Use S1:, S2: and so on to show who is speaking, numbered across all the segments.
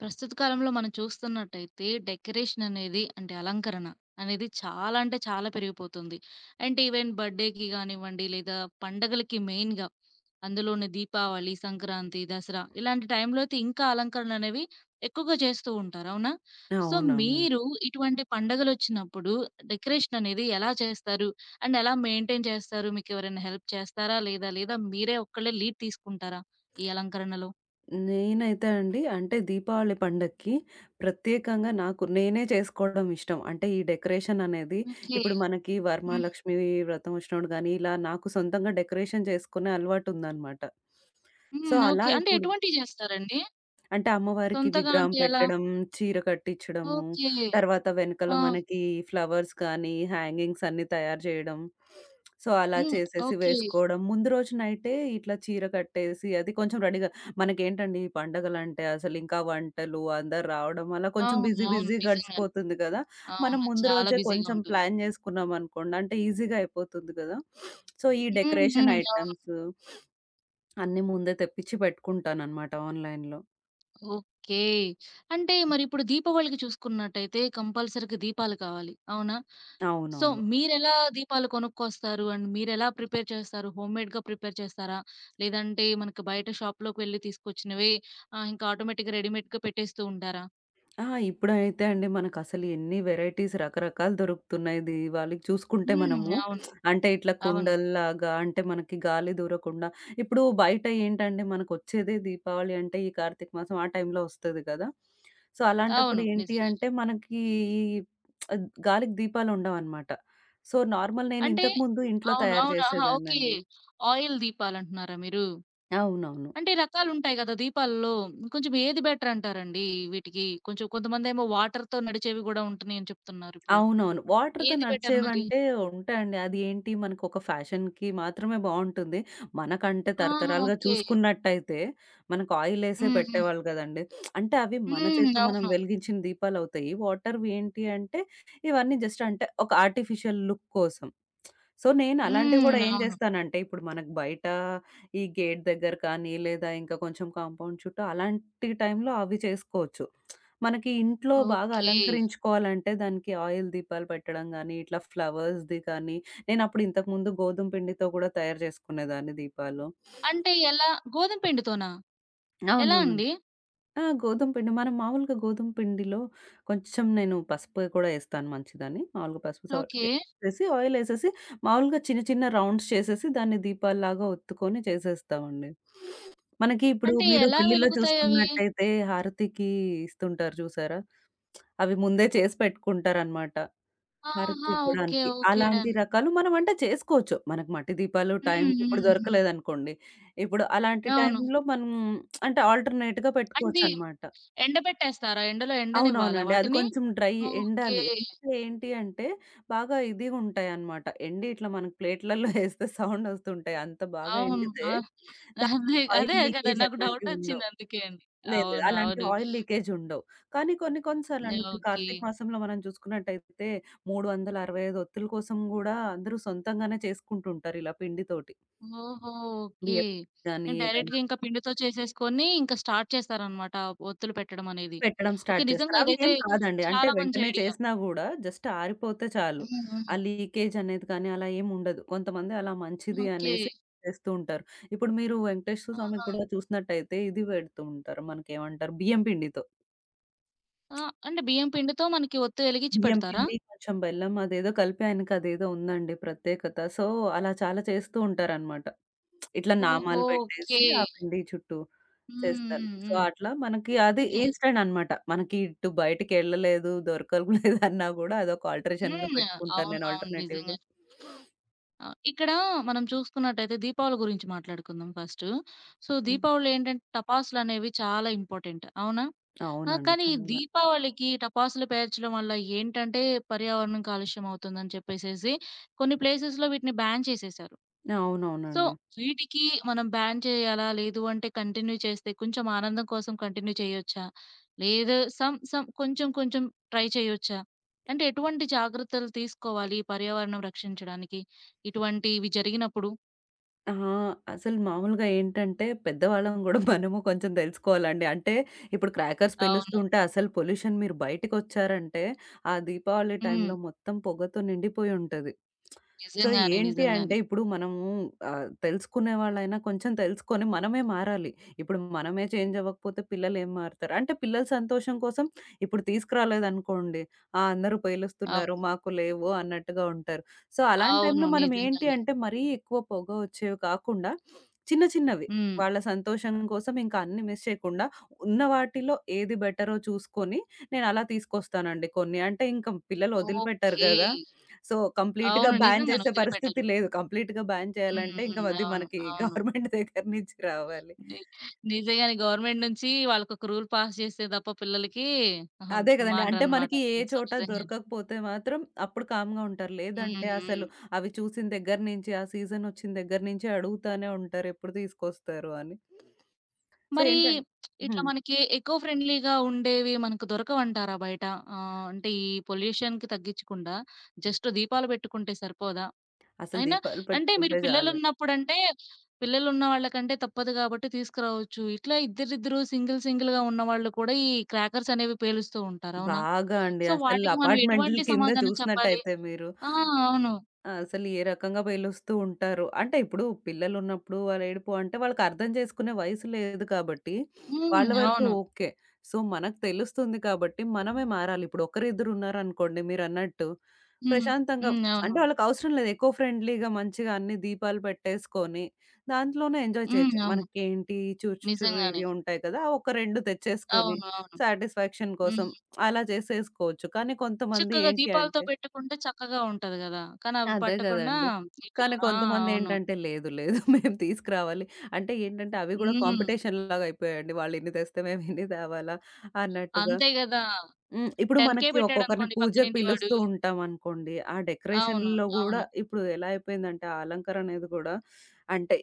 S1: ప్రస్తుత కాలంలో మనం చూస్తున్నట్టయితే డెకరేషన్ అనేది అంటే అలంకరణ అనేది చాలా అంటే చాలా పెరిగిపోతుంది. అంటే ఈవెన్ బర్త్‌డే‌కి గానివ్వండి, లేదా పండగలకి మెయిన్‌గా అందులోనే దీపావళి, సంక్రాంతి, దసరా ఇలాంటి టైంలో అయితే ఇంకా అలంకరణలనేవి ఎక్కువగా చేస్తూ ఉంటారు. అవునా? సో,
S2: అవునవునండి.
S1: మీరు ఇటువంటి పండగలొచ్చినప్పుడు డెకరేషన్ అనేది ఎలా చేస్తారు? అండ్ ఎలా మెయింటైన్ చేస్తారు? మీకెవరైనా హెల్ప్ చేస్తారా? లేదా లేదా మీరే ఒక్కళ్ళే లీడ్ తీసుకుంటారా? ఈ అలంకరణలో?
S2: నేనైతే అండి అంటే దీపావళి పండక్కి ప్రత్యేకంగా నాకు నేనే చేసుకోవడం ఇష్టం. అంటే ఈ డెకరేషన్ అనేది
S1: ఓకే.
S2: ఇప్పుడు మనకి వరమహాలక్ష్మి వ్రతం వచ్చినప్పుడు గానీ, ఇలా నాకు సొంతంగా డెకరేషన్ చేసుకునే అలవాటుందనమాట. సో,
S1: హ్మ్.
S2: అలా
S1: ఓకే. అంటే
S2: ఇప్పుడు
S1: ఎటువంటివి జేస్తారండి?
S2: అంటే అమ్మవారికి
S1: సొంతగా
S2: విగ్రహం
S1: అంటే ఎలా?
S2: పెట్టడం, చీర కట్టిచ్చడము,
S1: ఓకే.
S2: తర్వాత వెనకాల
S1: ఆ!
S2: మనకి ఫ్లవర్స్ కానీ, హ్యాంగింగ్స్ అన్నీ తయారు చేయడం. సో, అలా
S1: హ్మ్.
S2: చేసేసి
S1: ఓకే.
S2: వేసుకోవడం. ముందు రోజు నైటే ఇట్లా చీర కట్టేసి అది కొంచెం రెడీగా మనకేంటండి ఈ పండగలంటే అసలింకా వంటలు, అందరు రావడం అలా కొంచెం
S1: అవును.
S2: బిజీ
S1: అవును.
S2: బిజీ
S1: నిజంగానే.
S2: గడిచిపోతుంది కదా! మనం
S1: అవును.
S2: ముందు
S1: చాలా
S2: రోజే
S1: బిజీగా
S2: కొంచెం
S1: ఉంటుంది.
S2: ప్లాన్ చేసుకున్నామనుకోండి అంటే ఈజీగా అయిపోతుంది కదా! సో, ఈ
S1: హ్మ్.
S2: డెకరేషన్
S1: హ్మ్. అవును.
S2: ఐటెమ్స్ అన్నీ ముందే తెప్పిచ్చి పెట్టుకుంటాననమాట ఆన్‌లైన్‌లో.
S1: ఓకే. అంటే మరిప్పుడు దీపావళికి చూసుకున్నట్టయితే కంపల్సరీగా దీపాలు కావాలి. అవునా? సో,
S2: అవునవును.
S1: మీరెలా దీపాలు కొనుక్కొస్తారు? అండ్ మీరెలా ప్రిపేర్ చేస్తారు? హోమ్‌మేడ్‌గా ప్రిపేర్ చేస్తారా? లేదంటే మనకి బయట షాప్‌లోకి వెళ్లి తీసుకొచ్చినవే ఆహ్, ఇంకా ఆటోమేటిక్‌గా రెడీమేడ్‌గా పెట్టేస్తూ ఉంటారా?
S2: ఆ! ఇప్పుడైతే అండి మనకసలు ఎన్ని వెరైటీస్ రకరకాలు దొరుకుతున్నాయి దీవాళికి చూసుకుంటే
S1: హ్మ్.
S2: మనము.
S1: అవును.
S2: అంటే ఇట్లా
S1: అవును.
S2: కుండల్లాగా అంటే మనకి గాలి దూరకుండా ఇప్పుడు బయట ఏంటండి మనకొచ్చేదే దీపావళి అంటే ఈ కార్తీక మాసం ఆ టైంలో వస్తది కదా! సో, అలాంటప్పుడు
S1: అవును.
S2: ఏంటి
S1: నిజమే.
S2: అంటే మనకి ఈ అద్ గాలికి దీపాలుండవనమాట. సో, నార్మల్ నేను
S1: అంటే
S2: ఇంతకుముందు ఇంట్లో
S1: అవును.
S2: తయారు
S1: అవును. ఆహా! ఓకే.
S2: చేసేదాన్నండి.
S1: ఆయిల్ దీపాలంటున్నారా మీరు?
S2: అవునవును.
S1: అంటే రకాలుంటాయి గదా! దీపాల్లో కొంచెం ఏది బెటరంటారండి వీటికి? కొంచెం కొంతమందేమో వాటర్‌తో నడిచేవి గూడా ఉంటున్నాయని చెప్తున్నారిప్పుడు.
S2: అవునవును. వాటర్‌తో
S1: ఏది బెటర్ మరి?
S2: నడిచేవంటే ఉంటాయండి. అది ఏంటి మనకొక ఫ్యాషన్‌కి మాత్రమే బావుంటుంది. మనకంటే
S1: ఆహా!
S2: తరతరాలుగా
S1: ఓకే.
S2: చూసుకున్నట్టయితే మనకు ఆయిలేసే
S1: హ్మ్. హ్మ్.
S2: పెట్టేవాళ్ళు గదండీ. అంటే అవి మన
S1: హ్మ్.
S2: చేత్తో మనం
S1: అవును.
S2: వెలిగించిన దీపాలవుతాయి. వాటర్‌వి ఏంటి అంటే ఇవన్నీ జస్ట్ అంటే ఒక ఆర్టిఫిషియల్ లుక్ కోసం. సో, నేను అలాంటివి గూడా
S1: హ్మ్.
S2: ఏం
S1: అవును.
S2: జేస్తానంటే ఇప్పుడు మనకు బయట ఈ గేట్ దగ్గర కానీ లేదా ఇంకా కొంచెం కాంపౌండ్ చుట్టూ అలాంటి టైంలో అవి చేసుకోవచ్చు. మనకి ఇంట్లో బాగా
S1: ఓకే.
S2: అలంకరించుకోవాలంటే దానికి ఆయిల్ దీపాలు పెట్టడం గానీ, ఇట్లా ఫ్లవర్స్‌ది కానీ, నేనప్పుడు ఇంతకుముందు గోధుమ పిండితో కూడా తయారు చేసుకునేదాన్ని దీపాలు.
S1: అంటే ఎలా? గోధుమ పిండితోనా? ఎలా
S2: అవునవునండి.
S1: అండి?
S2: ఆ! గోధుమ పిండి. మనం మామూలుగా గోధుమ పిండిలో కొంచెం నేను పసుపు కూడా ఏస్తాను మంచిదని. మామూలుగా పసుపు, సాల్ట్
S1: ఓకే.
S2: ఏసేసి ఆయిల్ ఏసేసి మామూలుగా చిన్న చిన్న రౌండ్స్ చేసేసి దాన్ని దీపాల్లాగా ఒత్తుకొని చేసేస్తామండి. మనకి ఇప్పుడు
S1: అంటే
S2: మీరు
S1: ఎలా
S2: పెళ్ళిలో
S1: వెలుగుతాయవి?
S2: చూసుకున్నట్టయితే హారతికి ఇస్తుంటారు చూసారా? అవి ముందే చేసి పెట్టుకుంటారనమాట. హారతి
S1: ఆహా! ఓకే.
S2: ఇవ్వడానికి.
S1: ఓకే.
S2: అలాంటి
S1: డన్.
S2: రకాలు మనం అంటే చేసుకోవచ్చు. మనకు మట్టి దీపాలు
S1: హ్మ్.
S2: టైంకి
S1: హ్మ్.
S2: ఇప్పుడు
S1: హ్మ్.
S2: దొరకలేదనుకోండి. ఇప్పుడు అలాంటి
S1: అవును.
S2: టైంలో మనం అంటే ఆల్టర్‌నేట్‌గా
S1: అంటే
S2: పెట్టుకోవచ్చనమాట.
S1: ఎండబెట్టేస్తారా? ఎండలో ఎండనివ్వాలా
S2: అవునవునండి. అది
S1: వాటిని?
S2: కొంచెం డ్రై
S1: ఓకే.
S2: ఎండాలి. ఎండితే ఏంటి అంటే బాగా ఇదిగా ఉంటాయనమాట. ఎండి ఇట్లా మనకు ప్లేట్‌లలో ఏస్తే సౌండ్ వస్తుంటాయి. అంత బాగా
S1: అవును.
S2: ఎండితే
S1: ఆ! అదే,
S2: దాంట్లో ఆయిల్
S1: అదే కదా!
S2: లీకేజ్
S1: నాకు
S2: అట్లాంటివి ఉండవు.
S1: డౌటొచ్చింది అందుకే అండి.
S2: లేదు. లేదు.
S1: అవును.
S2: అలాంటి
S1: అవును.
S2: ఆయిల్ లీకేజ్ ఉండవు. కానీ కొన్ని కొన్ని సార్లండి ఇప్పుడు
S1: ఓకే.
S2: కార్తీక మాసంలో మనం చూసుకున్నట్టయితే 365 ఒత్తుల కోసం గూడా అందరూ సొంతంగానే చేసుకుంటుంటారు ఇలా పిండితోటి.
S1: ఓహో! ఓకే.
S2: బియ్యం గానీ ఏదైనా
S1: డైరెక్ట్‌గా ఇంకా పిండితో చేసేసుకొని ఇంకా స్టార్ట్ చేస్తారనమాట. ఒత్తులు పెట్టడం అనేది.
S2: పెట్టడం
S1: ఓకే.
S2: స్టార్ట్ చేస్తారు.
S1: నిజంగా
S2: అవి
S1: ఇదైతే
S2: ఏం కాదండి. అంటే
S1: చాలా మంచి
S2: వెంటనే
S1: ఐడియా.
S2: చేసినా గూడా జస్ట్ ఆరిపోతే చాలు.
S1: హ్మ్. హ్మ్.
S2: ఆ లీకేజ్ అనేది కానీ అలా ఏం ఉండదు. కొంతమంది అలా మంచిది
S1: ఓకే.
S2: అనేసి చేస్తూ ఉంటారు. ఇప్పుడు మీరు వెంకటేశ్వర స్వామికి
S1: ఆహా!
S2: కూడా చూసినట్టయితే ఇది పెడుతూ ఉంటారు. మనకేమంటారు బియ్యం పిండితో.
S1: ఆ! అంటే బియ్యం పిండితో మనకి ఒత్తు ఎలిగిచ్చి
S2: బియ్యం
S1: పెడతారా?
S2: పిండి, కొంచెం బెల్లం అదేదో కలిపి ఆయనకదేదో ఉందండి ప్రత్యేకత. సో, అలా చాలా చేస్తూ ఉంటారనమాట. ఇట్లా
S1: ఓహో!
S2: నామాలు
S1: ఓకే.
S2: పెట్టేసి ఆ పిండి చుట్టూ
S1: హ్మ్.
S2: చేస్తారు.
S1: హ్మ్.
S2: సో,
S1: హ్మ్.
S2: అట్లా మనకి అది
S1: ఓకే.
S2: ఇన్‌స్టంట్ అనమాట. మనకి ఇటు బయటికెళ్ళలేదు, దొరకలేదన్నా గూడా అదొక ఆల్టరేషన్‌గా
S1: హ్మ్.
S2: పెట్టుకుంటాను నేను
S1: అవునవును.
S2: ఆల్టర్‌నేటివ్‌గా.
S1: నిజంగానే. ఆ! ఇక్కడ మనం చూసుకున్నట్టయితే దీపావళి గురించి మాట్లాడుకుందాం ఫస్ట్. సో,
S2: హ్మ్.
S1: దీపావళిలో ఏంటంటే టపాసులనేవి చాలా ఇంపార్టెంట్. అవునా? ఆ!
S2: అవునండి.
S1: కానీ ఈ
S2: చాలా.
S1: దీపావళికి టపాసులు పేర్చడం వల్ల ఏంటంటే పర్యావరణం కాలుష్యం అవుతుందని చెప్పేసేసి కొన్ని ప్లేసెస్‌లో వీటిని బ్యాన్ చేసేశారు. సో,
S2: అవునవునండి.
S1: వీటికి మనం బ్యాన్ చేయాలా? లేదు అంటే కంటిన్యూ చేస్తే కొంచెం ఆనందం కోసం కంటిన్యూ చేయొచ్చా? లేదు సమ్ సమ్ కొంచెం కొంచెం ట్రై చేయొచ్చా? అంటే ఎటువంటి జాగ్రత్తలు తీసుకోవాలి ఈ పర్యావరణం రక్షించడానికి? ఇటువంటివి జరిగినప్పుడు?
S2: ఆ! అసలు మామూలుగా ఏంటంటే, పెద్దవాళ్ళం గూడా మనము కొంచెం దెలుసుకోవాలండి. అంటే, ఇప్పుడు క్రాకర్స్ పేలుస్తూ
S1: అవును.
S2: ఉంటే అసలు పొల్యూషన్ మీరు బయటికొచ్చారంటే, ఆ దీపావళి
S1: హ్మ్.
S2: టైంలో మొత్తం పొగతో నిండిపోయి ఉంటది. సో,
S1: నిజంగానే.
S2: ఏంటి అంటే,
S1: నిజంగానే.
S2: ఇప్పుడు మనము తెలుసుకునే వాళ్ళైనా కొంచెం తెలుసుకొని మనమే మారాలి. ఇప్పుడు మనమే చేంజ్ అవ్వకపోతే పిల్లలేం మారుతారు? అంటే, పిల్లల సంతోషం కోసం ఇప్పుడు తీసుకురాలేదనుకోండి, ఆ! అందరూ
S1: అవ్
S2: పేలుస్తున్నారు, మాకు లేవు అన్నట్టుగా ఉంటారు. సో, అలాంటి
S1: అవును.
S2: టైంలో మనం ఏంటి
S1: నిజంగానే.
S2: అంటే మరీ ఎక్కువ పొగ వచ్చేవి కాకుండా చిన్న చిన్నవి
S1: హ్మ్.
S2: వాళ్ళ సంతోషం కోసం ఇంకా అన్ని మిస్ చేయకుండా ఉన్న వాటిలో ఏది బెటరో చూసుకొని నేనలా తీసుకొస్తానండి కొన్ని. అంటే ఇంక పిల్లలు వదిలిపెట్టరు
S1: ఓకే.
S2: గదా! సో, కంప్లీట్‌గా
S1: అవును.
S2: బ్యాన్
S1: నిజంగానే
S2: చేసే
S1: వదిలిపెట్టరు.
S2: పరిస్థితి లేదు. కంప్లీట్‌గా బ్యాన్
S1: హ్మ్.
S2: చేయాలంటే ఇంక
S1: హ్మ్.
S2: అది
S1: అవును.
S2: మనకి
S1: అవును.
S2: గవర్నమెంట్ దగ్గర నుంచి రావాలి.
S1: ని నిజంగానే గవర్నమెంట్ నుంచి వాళ్ళకొక రూల్ పాస్ చేస్తే తప్ప పిల్లలకి అహా!
S2: అదే కదండీ. అంటే
S1: మానరనమాట.
S2: మనకి ఏ
S1: సో,
S2: చోట
S1: నిజంగానే.
S2: దొరకకపోతే మాత్రం అప్పుడు కామ్‌గా ఉంటారు.
S1: హ్మ్.
S2: లేదంటే
S1: హ్మ్.
S2: అసలు అవి చూసిన దగ్గర నుంచి, ఆ సీజనొచ్చిన దగ్గర నుంచి అడుగుతానే ఉంటారు. ఎప్పుడు తీసుకొస్తారు అని. సో,
S1: మరి
S2: ఏంటంటే
S1: ఇట్లా
S2: హ్మ్.
S1: మనకి ఎకో ఫ్రెండ్లీగా ఉండేవి మనకు దొరకవంటారా బయట? ఆహ్, అంటే ఈ పొల్యూషన్‌కి తగ్గించకుండా జస్ట్ దీపాలు పెట్టుకుంటే సరిపోదా?
S2: అసలు
S1: అయినా
S2: దీపాలు
S1: అంటే మీరు
S2: పెట్టుకుంటే చాలు.
S1: పిల్లలున్నప్పుడంటే పిల్లలున్న వాళ్ళకంటే తప్పదు కాబట్టి తీసుకురావచ్చు. ఇట్లా ఇద్దరిద్దరు సింగిల్ సింగిల్‌గా ఉన్నవాళ్ళు కూడా ఈ క్రాకర్స్ అనేవి పేలుస్తూ ఉంటారు. అవునా?
S2: బాగా అండి.
S1: సో,
S2: అసలు
S1: వాటికి మనం
S2: అపార్ట్‌మెంట్‌ల
S1: ఎటువంటి
S2: కింద
S1: సమాధానం చెప్పాలి?
S2: చూసినట్టయితే మీరు.
S1: ఆ! అవును.
S2: ఆ! అసలు ఏ రకంగా బెయిలొస్తూ ఉంటారో. అంటే ఇప్పుడు పిల్లలున్నప్పుడు వాళ్ళ ఏడుపు అంటే వాళ్ళకర్థం చేసుకునే వయసు లేదు కాబట్టి,
S1: హ్మ్.
S2: వాళ్ళ వరకు
S1: అవును.
S2: ఓకే. సో, మనకు తెలుస్తుంది కాబట్టి మనమే మారాలి. ఇప్పుడు ఒకరిద్దరు ఉన్నారనుకోండి మీరన్నట్టు,
S1: హ్మ్.
S2: ప్రశాంతంగా
S1: హ్మ్.
S2: అంటే
S1: అవును.
S2: వాళ్ళకవసరం లేదు. ఎకో ఫ్రెండ్లీగా మంచిగా అన్ని దీపాలు పెట్టేసుకొని, దాంట్లోనే ఎంజాయ్
S1: హ్మ్.
S2: చేయొచ్చు.
S1: అవును.
S2: మనకేంటి చురుచురు
S1: నిజంగానే.
S2: ఇవి ఉంటాయి కదా! ఒక 2 తెచ్చేసుకొని
S1: అవును. అవును.
S2: సాటిస్ఫాక్షన్ కోసం
S1: హ్మ్.
S2: అలా చేసేసుకోవచ్చు. కానీ కొంతమంది
S1: చక్కగా
S2: ఏంటి
S1: దీపాలతో
S2: అంటే
S1: పెట్టుకుంటే చక్కగా ఉంటది గదా! కానీ అవి
S2: అదే
S1: పట్టకుండా
S2: గదండీ.
S1: ఇట్లా
S2: కానీ
S1: ఆ! అవును.
S2: కొంతమందేంటంటే లేదు లేదు మేము తీసుకురావాలి. అంటే ఏంటంటే అవి గూడా
S1: హ్మ్.
S2: కాంపిటీషన్ లాగా అయిపోయాయండి. వాళ్ళిన్ని తెస్తే మేమిన్ని తేవాలా అన్నట్టుగా.
S1: అంతే గదా!
S2: హ్మ్. ఇప్పుడు
S1: 10,000
S2: మనకి ఒక్కొక్కరిని
S1: పెట్టాడనుకోండి
S2: పూజకి
S1: పక్కనింటి వాడు.
S2: పిలుస్తూ ఉంటామనుకోండి. ఆ
S1: అవును.
S2: డెకరేషన్‌లో గూడా
S1: అవును.
S2: ఇప్పుడు ఎలా అయిపోయిందంటే ఆ అలంకరణ అనేది గూడా అంటే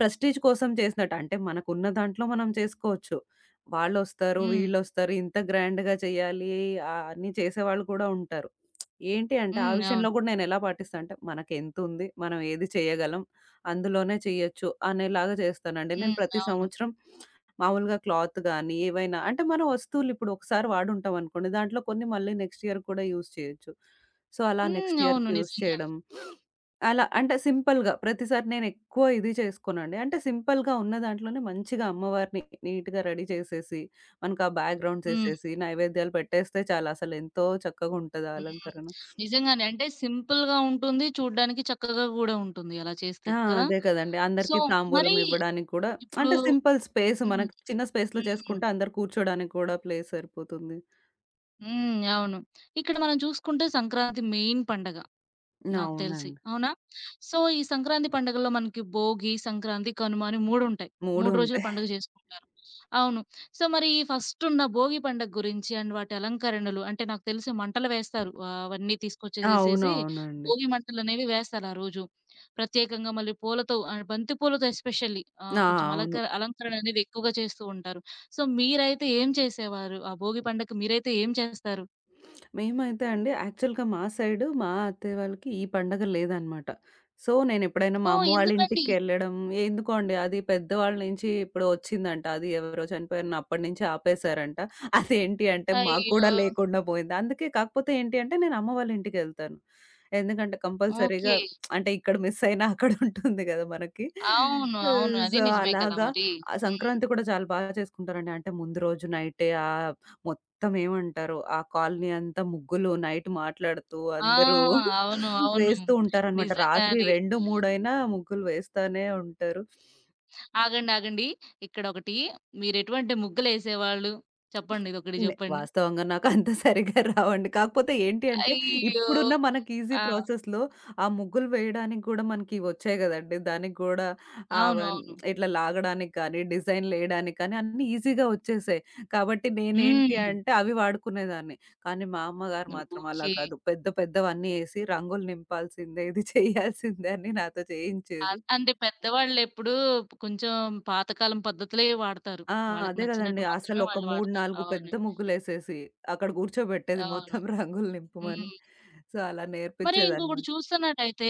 S2: ప్రెస్టీజ్ కోసం చేసినట్టు. అంటే మనకున్న దాంట్లో మనం చేసుకోవచ్చు. వాళ్ళొస్తారు,
S1: హ్మ్.
S2: వీళ్ళొస్తారు, ఇంత గ్రాండ్‌గా చేయాలి అని చేసేవాళ్ళు కూడా ఉంటారు. ఏంటి అంటే ఆ
S1: హ్మ్.
S2: విషయంలో
S1: అవును.
S2: గూడా నేనెలా పాటిస్తా అంటే మనకెంతుంది? మనం ఏది చేయగలం? అందులోనే చేయొచ్చు అనేలాగా చేస్తానండి. నేను
S1: హ్మ్.
S2: ప్రతి
S1: అవును.
S2: సంవత్సరం మామూలుగా క్లాత్ గానీ, ఏవైనా అంటే మన వస్తువులు ఇప్పుడు ఒకసారి వాడుంటాం అనుకోండి. దాంట్లో కొన్ని మళ్ళీ నెక్స్ట్ ఇయర్ కూడా యూజ్ చేయొచ్చు. సో, అలా
S1: హ్మ్.
S2: నెక్స్ట్
S1: అవును.
S2: ఇయర్‌కి యూజ్
S1: నిజంగానే.
S2: చేయడం. అలా అంటే సింపుల్‌గా ప్రతిసారి నేనెక్కువ ఇది చేసుకోనండి. అంటే సింపుల్‌గా ఉన్న దాంట్లోనే మంచిగా అమ్మవారిని నీట్‌గా రెడీ చేసేసి, మనకు ఆ బ్యాక్‌గ్రౌండ్స్
S1: హ్మ్.
S2: ఏసేసి, నైవేద్యాలు పెట్టేస్తే చాలు అసలెంతో చక్కగుంటది ఆ
S1: హ్మ్.
S2: అలంకరణ.
S1: నిజంగానే. అంటే సింపుల్‌గా ఉంటుంది. చూడ్డానికి చక్కగా గూడా ఉంటుంది అలా చేస్తే.
S2: ఆ!
S1: కదా!
S2: అదే కదండీ.
S1: సో,
S2: అందరికీ
S1: మరి
S2: తాంబూలం ఇవ్వడానికి కూడా
S1: ఇప్పుడు
S2: అంటే సింపుల్ స్పేస్
S1: హ్మ్.
S2: మనకు చిన్న స్పేస్‌లో
S1: హ్మ్.
S2: చేసుకుంటే అందరూ కూర్చోడానికి కూడా ప్లేస్ సరిపోతుంది.
S1: హ్మ్. అవును. ఇక్కడ మనం చూసుకుంటే సంక్రాంతి మెయిన్ పండగ. నాకు తెలిసి.
S2: అవునండి.
S1: అవునా? సో, ఈ సంక్రాంతి పండుగల్లో మనకి భోగి, సంక్రాంతి, కనుమ అని 3 ఉంటాయి.
S2: 3
S1: 3 రోజులు
S2: ఉంటాయి.
S1: పండుగ చేసుకుంటారు. అవును. సో, మరి ఈ ఫస్ట్ ఉన్న భోగి పండుగ గురించి అండ్ వాటి అలంకరణలు అంటే నాకు తెలిసి మంటలు వేస్తారు. ఆహ్, అవన్నీ తీసుకొచ్చేసేసేసి
S2: అవునవునండి.
S1: భోగి మంటలనేవి వేస్తారు ఆ రోజు. ప్రత్యేకంగా మళ్ళీ పూలతో ఆహ్, బంతి పూలతో ఎస్పెషల్లీ ఆహ్,
S2: ఆ!
S1: కొంచెం అలంక
S2: అవును.
S1: అలంకరణ అనేది ఎక్కువగా చేస్తూ ఉంటారు. సో, మీరైతే ఏం చేసేవారు? ఆ భోగి పండగకి మీరైతే ఏం చేస్తారు?
S2: మేమైతే అండి యాక్చువల్‌గా మా సైడు మా అత్తయ్య వాళ్ళకి ఈ పండగ లేదనమాట. సో, నేనెప్పుడైనా మా
S1: ఓహ్!
S2: అమ్మ వాళ్ళ
S1: ఎందుకండి?
S2: ఇంటికెళ్ళడం ఎందుకో అండి అది పెద్దవాళ్ళ నుంచి ఇప్పుడు వచ్చిందంట. అది ఎవరో చనిపోయారని అప్పటి నుంచి ఆపేశారంట. అదేంటి అంటే మాకు
S1: అయ్యో!
S2: కూడా లేకుండా పోయింది. అందుకే కాకపోతే ఏంటి అంటే నేను అమ్మ వాళ్ళ ఇంటికెళ్తాను. ఎందుకంటే కంపల్సరీగా
S1: ఓకే.
S2: అంటే ఇక్కడ మిస్ అయినా అక్కడ ఉంటుంది కదా మనకి.
S1: అవును. అవును. అది
S2: సో,
S1: నిజమే కదా
S2: అలాగా
S1: మరి.
S2: ఆ
S1: హ్మ్.
S2: సంక్రాంతి కూడా చాలా బాగా చేసుకుంటారండి. అంటే ముందు రోజు నైటే మొ మొత్తం ఏమంటారు? ఆ కాలనీ అంతా ముగ్గులు నైట్ మాట్లాడుతూ
S1: ఆ!
S2: అందరూ
S1: అవును. అవును.
S2: వేస్తూ ఉంటారనమాట.
S1: నిజంగా
S2: రాత్రి
S1: అది.
S2: 2, 3 అయినా ముగ్గులు వేస్తానే ఉంటారు.
S1: ఆగండి. ఆగండి. ఇక్కడొకటి మీరెటువంటి ముగ్గులేసేవాళ్ళు? చెప్పండి. ఇదొకటి
S2: నే
S1: జెప్పండి.
S2: వాస్తవంగా నాకంత సరిగ్గా రావండి. కాకపోతే ఏంటి అంటే,
S1: అయ్యో!
S2: ఇప్పుడున్న మనకి ఈజీ
S1: ఆ!
S2: ప్రాసెస్‌లో ఆ ముగ్గులు వేయడానికి గూడా మనకివి వచ్చాయి గదండీ! దానికి గూడా
S1: అవును.
S2: అవన్
S1: అవును.
S2: ఇట్లా లాగడానికి కానీ, డిజైన్‌లేయడానికి కానీ అన్నీ ఈజీగా వచ్చేసాయి. కాబట్టి
S1: హ్మ్.
S2: నేనేంటి అంటే అవి వాడుకునేదాన్ని. కానీ మా అమ్మగారు మాత్రం అలా
S1: ఓకే.
S2: కాదు. పెద్ద పెద్దవన్నీ ఏసి రంగులు నింపాల్సిందే, ఇది చేయాల్సిందే అని నాతో చేయించేది.
S1: అంటే పెద్దవాళ్ళెప్పుడు కొంచెం పాతకాలం పద్ధతులే వాడతారు.
S2: ఆ!
S1: వాళ్ళకి
S2: అదే
S1: నచ్చినట్టు
S2: గదండీ.
S1: మాత్రమే
S2: అసలొక
S1: వాళ్ళు
S2: 3,
S1: వాడతారు.
S2: 4
S1: అవును.
S2: పెద్ద ముగ్గులేసేసి, అక్కడ గూర్చోబెట్టేది
S1: అవును.
S2: మొత్తం రంగులు నింపమని.
S1: హ్మ్.
S2: సో, అలా
S1: మరి ఇంకొకటి
S2: నేర్పించేదనమాట.
S1: చూస్తున్నట్టయితే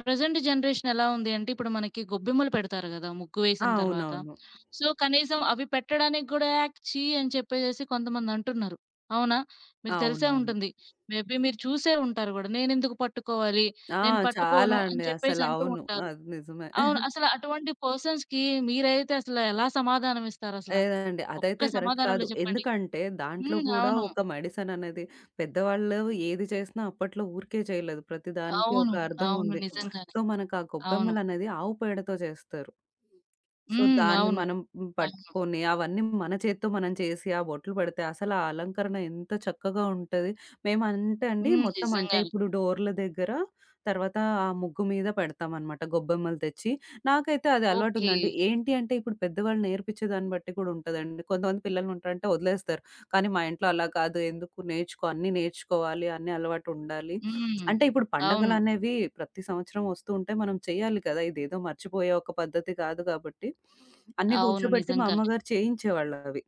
S1: ప్రెజెంట్ జనరేషన్ ఎలా ఉంది అంటే, ఇప్పుడు మనకి గొబ్బెమ్మలు పెడతారు గదా! ముగ్గు
S2: ఆ!
S1: వేసిన తర్వాత.
S2: అవునవును.
S1: సో, కనీసం అవి పెట్టడానికి గూడా ఛీ అని చెప్పేసేసి కొంతమందంటున్నారు. అవునా? మీకు తెలిసే
S2: అవునవును.
S1: ఉంటుంది. మేబీ మీరు చూసే ఉంటారు గూడా. నేనెందుకు పట్టుకోవాలి?
S2: ఆ!
S1: నేను
S2: చాలా
S1: పట్టుకోను అని
S2: అండి.
S1: చెప్పేసి
S2: అసలు
S1: అంటూ
S2: అవును.
S1: ఉంటారు.
S2: అది నిజమే.
S1: అవును. అసలు అటువంటి పర్సన్స్‌కి మీరైతే అసలు ఎలా సమాధానం ఇస్తారసల?
S2: లేదండి.
S1: ఒక్క
S2: అదైతే కరెక్ట్ కాదు.
S1: సమాధానంలో చెప్పండి.
S2: ఎందుకంటే దాంట్లో
S1: హ్మ్.
S2: కూడా
S1: అవును.
S2: ఒక మెడిసిన్ అనేది పెద్దవాళ్ళు ఏది చేసినా అప్పట్లో ఊరికే చేయలేదు. ప్రతి దానికి ఒక
S1: అవును.
S2: అర్థం
S1: అవును.
S2: ఉంది.
S1: నిజంగానే.
S2: సో, మనకు ఆ
S1: అవును.
S2: గొబ్బెమ్మలనేది ఆవు పేడతో చేస్తారు. సో,
S1: హ్మ్.
S2: దాన్ని
S1: అవును.
S2: మనం
S1: అవును.
S2: పట్టుకొని అవన్నీ మన చేత్తో మనం చేసి ఆ బొట్లు పెడితే అసలు ఆ అలంకరణ ఎంత చక్కగా ఉంటది. మేమంటే అండి
S1: హ్మ్.
S2: మొత్తం అంటే
S1: నిజంగానే.
S2: ఇప్పుడు డోర్ల దగ్గర తర్వాత ఆ ముగ్గు మీద పెడతామనమాట గొబ్బెమ్మలు తెచ్చి. నాకైతే అది
S1: ఓకే.
S2: అలవాటుందండి. ఏంటి అంటే ఇప్పుడు పెద్దవాళ్ళు నేర్పించే దాన్ని బట్టి కూడా ఉంటదండి. కొంతమంది పిల్లలుంటారంటే వదిలేస్తారు. కానీ మా ఇంట్లో అలా కాదు. ఎందుకు నేర్చుకో అన్నీ నేర్చుకోవాలి. అన్ని అలవాటు ఉండాలి.
S1: హ్మ్.
S2: అంటే ఇప్పుడు
S1: అవును.
S2: పండగలనేవి ప్రతి సంవత్సరం వస్తూ ఉంటే మనం చేయాలి కదా! ఇదేదో మర్చిపోయే ఒక పద్ధతి కాదు కాబట్టి, అన్నీ
S1: అవును.
S2: కూర్చోబెట్టి మా
S1: నిజంగానే.
S2: అమ్మగారు చేయించేవాళ్ళవి.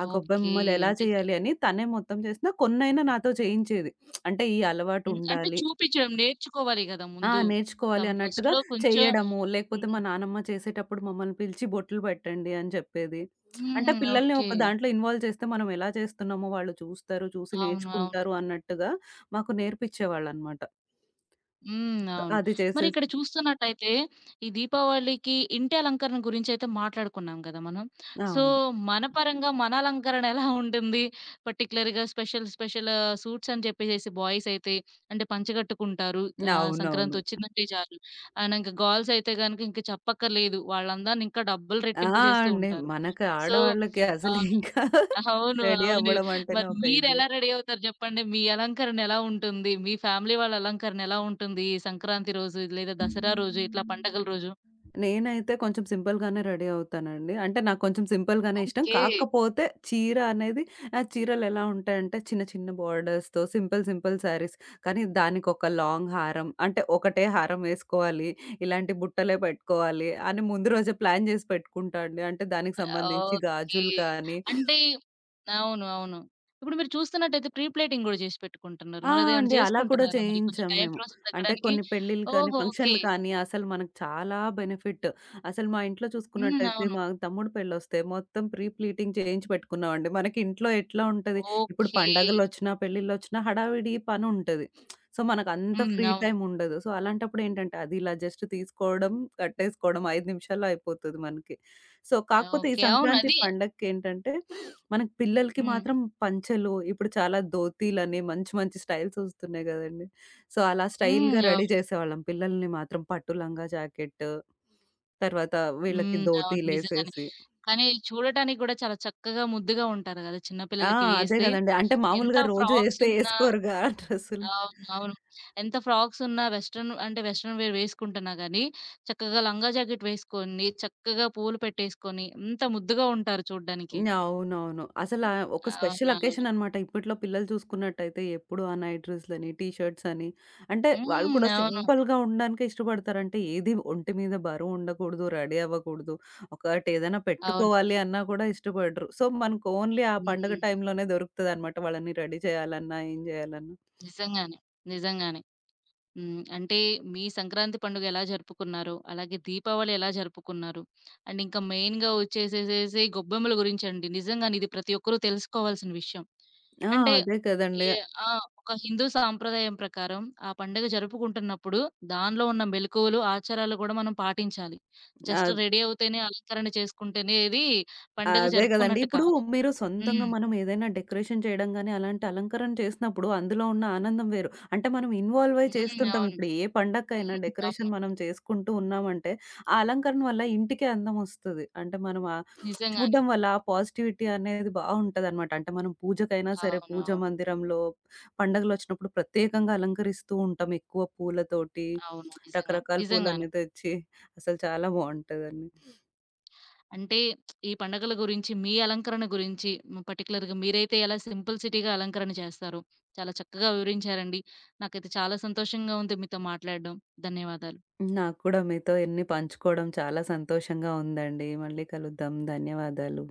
S2: ఆ
S1: ఓకే.
S2: గొబ్బెమ్మలు ఎలా
S1: అంటే
S2: చేయాలి అని తనే మొత్తం చేసినా కొన్నైనా నాతో చేయించేది. అంటే ఈ
S1: హ్మ్. అంటే
S2: అలవాటుండాలి.
S1: చూపించడం నేర్చుకోవాలి గదా!
S2: ఆ!
S1: ముందు.
S2: నేర్చుకోవాలి అన్నట్టుగా
S1: ఫస్ట్‌లో కొంచెం
S2: చెయ్యడము. లేకపోతే మా
S1: హ్మ్.
S2: నానమ్మ చేసేటప్పుడు మమ్మల్ని పిలిచి బొట్లు పెట్టండి అని చెప్పేది. అంటే
S1: హ్మ్.
S2: పిల్లల్ని
S1: ఓకే.
S2: ఒక దాంట్లో ఇన్వాల్వ్ చేస్తే మనం ఎలా చేస్తున్నామో వాళ్ళు చూస్తారు, చూసి
S1: అవును. అవును.
S2: నేర్చుకుంటారు అన్నట్టుగా మాకు నేర్పించేవాళ్ళనమాట.
S1: హ్మ్. అవును.
S2: అది
S1: మరి
S2: చేసేసి
S1: ఇక్కడ చూస్తున్నట్టయితే ఈ దీపావళికి ఇంటి అలంకరణ గురించైతే మాట్లాడుకున్నాం గదా మనం. సో,
S2: అవును.
S1: మన పరంగా మన అలంకరణ ఎలా ఉంటుంది? పర్టిక్యులర్‌గా స్పెషల్ స్పెషల్ ఆహ్, సూట్స్ అని చెప్పేసేసి బాయ్స్ అయితే అంటే పంచగట్టుకుంటారు. ఆహ్,
S2: అవునవును.
S1: సంక్రాంతొచ్చిందంటే చాలు. అండ్ ఇంక గర్ల్స్ అయితే గనుక ఇంక చెప్పక్కర్లేదు. వాళ్ళందరిని ఇంకా డబుల్
S2: ఆ!
S1: రెట్టింపు జేస్తూ
S2: అండి.
S1: ఉంటారు.
S2: మనకి
S1: సో
S2: ఆడవాళ్ళకి అసలు
S1: అవును.
S2: ఇంకా
S1: అవును.
S2: రెడీ
S1: అవును.
S2: అవ్వడం అంటేనే
S1: మరి
S2: ఒక ఇది.
S1: మీరెలా రెడీ అవుతారు జెప్పండి? మీ అలంకరణ ఎలా ఉంటుంది? మీ ఫ్యామిలీ వాళ్ళ అలంకరణ ఎలా ఉంటుంది? ఈ సంక్రాంతి రోజు లేదా దసరా రోజు ఇట్లా పండగల రోజు?
S2: నేనైతే కొంచెం సింపుల్‌గానే రెడీ అవుతానండి. అంటే నాకు కొంచెం సింపుల్‌గానే ఇష్టం.
S1: ఓకే.
S2: కాకపోతే చీర అనేది ఆ చీరలెలా ఉంటాయంటే చిన్న చిన్న బోర్డర్స్‌తో సింపుల్, సింపుల్ శారీస్. కానీ దానికొక లాంగ్ హారం అంటే ఒకటే హారం వేసుకోవాలి. ఇలాంటి బుట్టలే పెట్టుకోవాలి అని ముందు రోజే ప్లాన్ చేసి పెట్టుకుంటా అండి. అంటే దానికి సంబంధించి
S1: ఓకే.
S2: గాజులు కానీ,
S1: అంటే అవును. అవును. ఇప్పుడు మీరు చూస్తున్నట్టయితే ప్రీ ప్లేటింగ్ గూడా చేసి పెట్టుకుంటున్నారు.
S2: ఆ!
S1: మరదేమైనా
S2: అండి. అలా కూడా
S1: చేసుకుంటున్నారా మరి కొంచెం
S2: చేయించాం
S1: టైం
S2: మేము.
S1: ప్రాసెస్
S2: అంటే
S1: తగ్గడానికి?
S2: కొన్ని పెళ్ళిళ్ళు కానీ,
S1: ఓహో! ఓకే.
S2: ఫంక్షన్‌లు కానీ అసలు మనకు చాలా బెనిఫిట్. అసలు మా ఇంట్లో
S1: హ్మ్.
S2: చూసుకున్నట్టయితే
S1: అవును.
S2: మా తమ్ముడు పెళ్ళొస్తే మొత్తం ప్రీ ప్లీటింగ్ చేయించి పెట్టుకున్నామండి. మనకి ఇంట్లో ఎట్లా ఉంటది, ఇప్పుడు
S1: ఓకే.
S2: పండగలొచ్చినా, పెళ్ళిళ్ళొచ్చినా హడావిడి పనుంటది. సో, మనకంత
S1: హ్మ్.
S2: ఫ్రీ
S1: అవును.
S2: టైమ్ ఉండదు. సో, అలాంటప్పుడు ఏంటంటే అది ఇలా జస్ట్ తీసుకోవడం, కట్టేసుకోవడం 5 నిమిషాల్లో అయిపోతది మనకి. సో, కాకపోతే ఈ
S1: ఓకే. అవును.
S2: సంక్రాంతి
S1: అది.
S2: పండగకేంటంటే మనకు పిల్లలకి
S1: హ్మ్.
S2: మాత్రం పంచెలు, ఇప్పుడు చాలా ధోతీలని మంచి మంచి స్టైల్స్ వస్తున్నాయి గదండీ! సో, అలా స్టైల్‌గా
S1: హ్మ్.
S2: రెడీ చేసేవాళ్ళం. పిల్లల్ని మాత్రం పట్టు లంగా జాకెట్టు, తర్వాత వీళ్ళకి
S1: హ్మ్. అవును. నిజంగానే.
S2: ధోతీలేసేసి
S1: కానీ చూడటానికి గూడా చాలా చక్కగా ముద్దుగా ఉంటారు గదా! చిన్న
S2: ఆ!
S1: పిల్లలకి
S2: అదే
S1: వేస్తే.
S2: గదండీ. అంటే
S1: ఎంత
S2: మామూలుగా రోజు
S1: ఫ్రాక్స్
S2: ఏస్తే
S1: ఉన్నా
S2: ఏసుకోరుగా డ్రెస్సులు.
S1: అవును. అవును. ఎంత ఫ్రాక్స్ ఉన్నా వెస్టర్న్ అంటే వెస్టర్న్ వేర్ వేసుకుంటున్నా గానీ, చక్కగా లంగా జాకెట్ వేసుకొని, చక్కగా పూలు పెట్టేసుకొని, ఎంత ముద్దుగా ఉంటారు చూడ్డానికి.
S2: అవునవును. అసలా ఒక స్పెషల్
S1: అవునవును.
S2: అకేషన్ అన్నమాట. ఇప్పట్లో పిల్లలు చూసుకున్నట్టయితే ఎప్పుడు ఆ నైట్ డ్రెస్‌లని, టీ షర్ట్స్ అని అంటే వాళ్ళు
S1: హ్మ్.
S2: కూడా
S1: అవును.
S2: సింపుల్‌గా ఉండడానికే ఇష్టపడతారు. అంటే ఏది ఒంటి మీద బరువు ఉండకూడదు, రెడీ అవ్వకూడదు. ఒకటి ఏదైనా
S1: అవును.
S2: పెట్టుకోవాలి అన్నా కూడా ఇష్టపడరు. సో, మనకు ఓన్లీ ఆ పండుగ
S1: హ్మ్.
S2: టైంలోనే దొరుకుతదన్నమాట. వాళ్ళని రెడీ చేయాలన్నా, ఏం చేయాలన్నా.
S1: నిజంగానే. నిజంగానే. హ్మ్. అంటే మీ సంక్రాంతి పండుగ ఎలా జరుపుకున్నారు? అలాగే దీపావళి ఎలా జరుపుకున్నారు? అండ్ ఇంకా మెయిన్‌గా వచ్చేసేసేసి గొబ్బెమ్మల గురించండి. నిజంగానే ఇది ప్రతి ఒక్కరు తెలుసుకోవాల్సిన విషయం.
S2: ఆ!
S1: అంటే
S2: అదే కదండీ.
S1: ఏ ఆ! ఒక హిందూ సాంప్రదాయం ప్రకారం ఆ పండుగ జరుపుకుంటున్నప్పుడు దానిలో ఉన్న మెళకువలు, ఆచారాలు గూడా మనం పాటించాలి.
S2: ఆ!
S1: జస్ట్ రెడీ అవుతేనే అలంకరణ చేసుకుంటేనే ఏది పండగ
S2: అదే గదండీ.
S1: జరుపుకున్నట్టు
S2: ఇప్పుడు
S1: కాదు.
S2: మీరు సొంతంగా
S1: హ్మ్.
S2: మనం ఏదైనా డెకరేషన్ చేయడం గాని, అలాంటి అలంకరణ చేసినప్పుడు అందులో ఉన్న ఆనందం వేరు. అంటే మనం ఇన్వాల్వ్ అయ్యి
S1: హ్మ్.
S2: చేస్తుంటాం.
S1: అవును.
S2: ఇప్పుడు ఏ పండక్కైనా
S1: హ్మ్.
S2: డెకరేషన్
S1: అవును.
S2: మనం చేసుకుంటూ ఉన్నామంటే, ఆ అలంకరణ వల్ల ఇంటికే అందమొస్తది. అంటే మనం
S1: నిజంగానే.
S2: చూడడం వల్ల ఆ పాజిటివిటీ అనేది బావుంటదనమాట. అంటే మనం పూజకైనా సరే,
S1: అవును.
S2: పూజ
S1: అవును.
S2: మందిరంలో పండగలొచ్చినప్పుడు ప్రత్యేకంగా అలంకరిస్తూ ఉంటాం. ఎక్కువ పూలతోటి
S1: అవును. నిజంగా.
S2: రకరకాల
S1: నిజంగానే.
S2: పూలన్నీ తెచ్చి అసలు చాలా బావుంటదండి.
S1: అంటే ఈ పండగల గురించి, మీ అలంకరణ గురించి హ్మ్, పర్టిక్యులర్‌గా మీరైతే ఎలా సింపుల్‌సిటీగా అలంకరణ చేస్తారో, చాలా చక్కగా వివరించారండి. నాకైతే చాలా సంతోషంగా ఉంది మీతో మాట్లాడడం. ధన్యవాదాలు.
S2: నాకు కూడా మీతో ఇన్ని పంచుకోవడం చాలా సంతోషంగా ఉందండి. మళ్ళీ కలుద్దాం. ధన్యవాదాలు.